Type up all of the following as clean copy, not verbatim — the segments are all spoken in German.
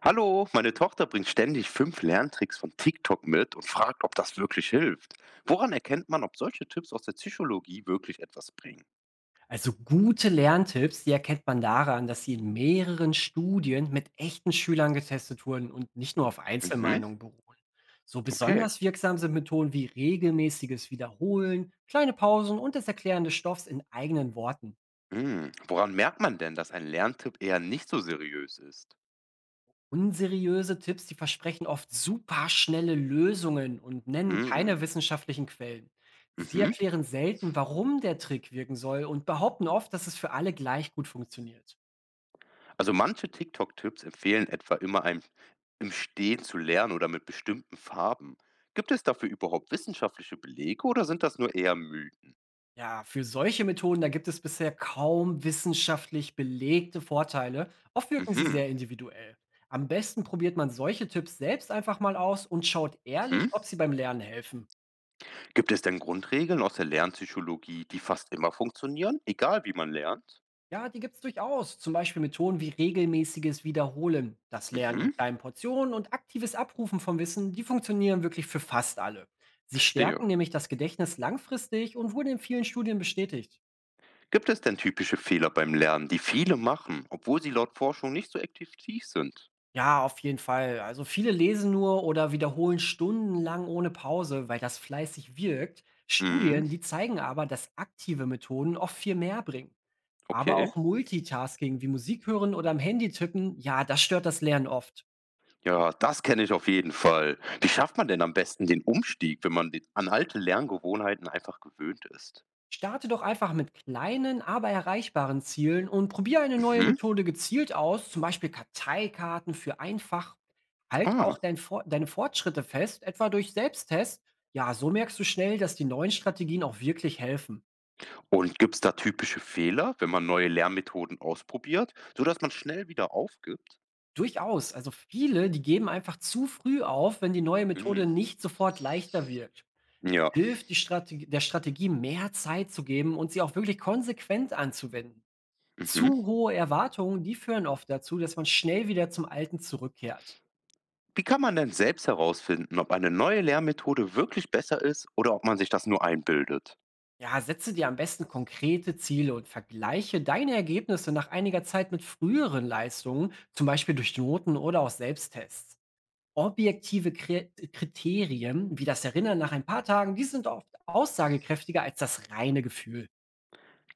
Hallo, meine Tochter bringt ständig fünf Lerntricks von TikTok mit und fragt, ob das wirklich hilft. Woran erkennt man, ob solche Tipps aus der Psychologie wirklich etwas bringen? Also gute Lerntipps, die erkennt man daran, dass sie in mehreren Studien mit echten Schülern getestet wurden und nicht nur auf Mhm, Einzelmeinungen beruhen. So okay. besonders wirksam sind Methoden wie regelmäßiges Wiederholen, kleine Pausen und das Erklären des Stoffs in eigenen Worten. Hm. Woran merkt man denn, dass ein Lerntipp eher nicht so seriös ist? Unseriöse Tipps, die versprechen oft superschnelle Lösungen und nennen keine Hm. wissenschaftlichen Quellen. Sie Mhm. erklären selten, warum der Trick wirken soll und behaupten oft, dass es für alle gleich gut funktioniert. Also manche TikTok-Tipps empfehlen etwa immer einem im Stehen zu lernen oder mit bestimmten Farben. Gibt es dafür überhaupt wissenschaftliche Belege oder sind das nur eher Mythen? Ja, für solche Methoden, da gibt es bisher kaum wissenschaftlich belegte Vorteile. Oft wirken sie Mhm. sehr individuell. Am besten probiert man solche Tipps selbst einfach mal aus und schaut ehrlich, Mhm. ob sie beim Lernen helfen. Gibt es denn Grundregeln aus der Lernpsychologie, die fast immer funktionieren, egal wie man lernt? Ja, die gibt es durchaus. Zum Beispiel Methoden wie regelmäßiges Wiederholen, das Lernen in Mhm, kleinen Portionen und aktives Abrufen von Wissen, die funktionieren wirklich für fast alle. Sie verstehe. stärken nämlich das Gedächtnis langfristig und wurden in vielen Studien bestätigt. Gibt es denn typische Fehler beim Lernen, die viele machen, obwohl sie laut Forschung nicht so aktiv sind? Ja, auf jeden Fall. Also viele lesen nur oder wiederholen stundenlang ohne Pause, weil das fleißig wirkt. Mhm, Studien, die zeigen aber, dass aktive Methoden oft viel mehr bringen. Aber okay. auch Multitasking wie Musik hören oder am Handy tippen, ja, das stört das Lernen oft. Ja, das kenne ich auf jeden Fall. Wie schafft man denn am besten den Umstieg, wenn man an alte Lerngewohnheiten einfach gewöhnt ist? Starte doch einfach mit kleinen, aber erreichbaren Zielen und probiere eine neue Mhm. Methode gezielt aus, zum Beispiel Karteikarten für einfach. Halt auch Ah. Deine Fortschritte fest, etwa durch Selbsttest. Ja, so merkst du schnell, dass die neuen Strategien auch wirklich helfen. Und gibt es da typische Fehler, wenn man neue Lernmethoden ausprobiert, sodass man schnell wieder aufgibt? Durchaus. Also viele, die geben einfach zu früh auf, wenn die neue Mhm. Methode nicht sofort leichter wirkt. Ja. Hilft der Strategie mehr Zeit zu geben und sie auch wirklich konsequent anzuwenden. Mhm. Zu hohe Erwartungen, die führen oft dazu, dass man schnell wieder zum Alten zurückkehrt. Wie kann man denn selbst herausfinden, ob eine neue Lehrmethode wirklich besser ist oder ob man sich das nur einbildet? Ja, setze dir am besten konkrete Ziele und vergleiche deine Ergebnisse nach einiger Zeit mit früheren Leistungen, zum Beispiel durch Noten oder auch Selbsttests. Kriterien, wie das Erinnern nach ein paar Tagen, die sind oft aussagekräftiger als das reine Gefühl.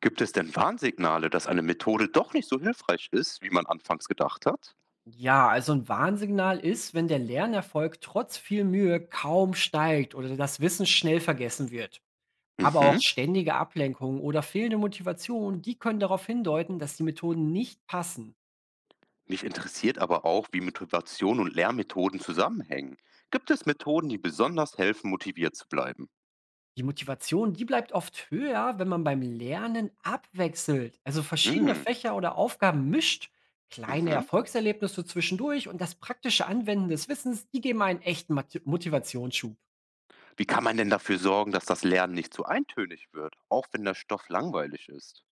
Gibt es denn Warnsignale, dass eine Methode doch nicht so hilfreich ist, wie man anfangs gedacht hat? Ja, also ein Warnsignal ist, wenn der Lernerfolg trotz viel Mühe kaum steigt oder das Wissen schnell vergessen wird. Aber auch Mhm. ständige Ablenkungen oder fehlende Motivation, die können darauf hindeuten, dass die Methoden nicht passen. Mich interessiert aber auch, wie Motivation und Lehrmethoden zusammenhängen. Gibt es Methoden, die besonders helfen, motiviert zu bleiben? Die Motivation, die bleibt oft höher, wenn man beim Lernen abwechselt, also verschiedene Mhm. Fächer oder Aufgaben mischt, kleine Mhm. Erfolgserlebnisse zwischendurch und das praktische Anwenden des Wissens, die geben einen Motivationsschub. Wie kann man denn dafür sorgen, dass das Lernen nicht zu eintönig wird, auch wenn der Stoff langweilig ist?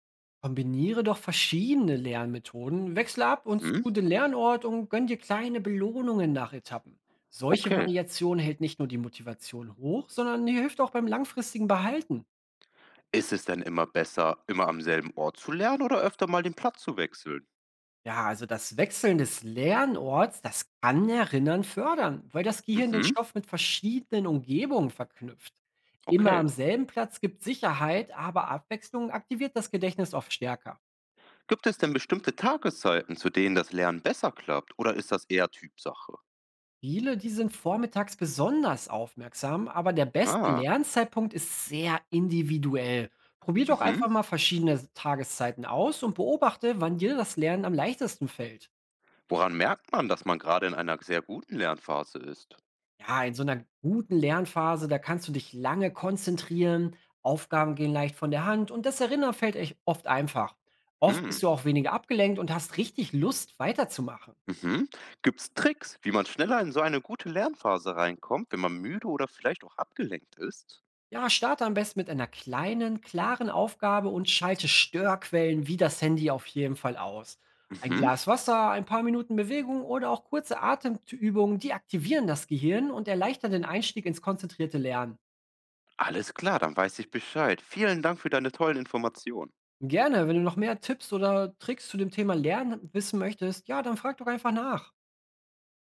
Kombiniere doch verschiedene Lernmethoden, wechsle ab und Mhm. zu den Lernort und gönn dir kleine Belohnungen nach Etappen. Solche Okay. Variation hält nicht nur die Motivation hoch, sondern die hilft auch beim langfristigen Behalten. Ist es denn immer besser, immer am selben Ort zu lernen oder öfter mal den Platz zu wechseln? Ja, also das Wechseln des Lernorts, das kann Erinnern fördern, weil das Gehirn den Mhm, Stoff mit verschiedenen Umgebungen verknüpft. Immer okay. am selben Platz gibt Sicherheit, aber Abwechslung aktiviert das Gedächtnis oft stärker. Gibt es denn bestimmte Tageszeiten, zu denen das Lernen besser klappt oder ist das eher Typsache? Viele, die sind vormittags besonders aufmerksam, aber der beste Ah, Lernzeitpunkt ist sehr individuell. Probier doch mhm. einfach mal verschiedene Tageszeiten aus und beobachte, wann dir das Lernen am leichtesten fällt. Woran merkt man, dass man gerade in einer sehr guten Lernphase ist? Ja, in so einer guten Lernphase, da kannst du dich lange konzentrieren, Aufgaben gehen leicht von der Hand und das Erinnern fällt echt oft einfach. Oft Hm, bist du auch weniger abgelenkt und hast richtig Lust, weiterzumachen. mhm. Gibt es Tricks, wie man schneller in so eine gute Lernphase reinkommt, wenn man müde oder vielleicht auch abgelenkt ist? Ja, starte am besten mit einer kleinen, klaren Aufgabe und schalte Störquellen wie das Handy auf jeden Fall aus. Ein Mhm. Glas Wasser, ein paar Minuten Bewegung oder auch kurze Atemübungen, die aktivieren das Gehirn und erleichtern den Einstieg ins konzentrierte Lernen. Alles klar, dann weiß ich Bescheid. Vielen Dank für deine tollen Informationen. Gerne, wenn du noch mehr Tipps oder Tricks zu dem Thema Lernen wissen möchtest, ja, dann frag doch einfach nach.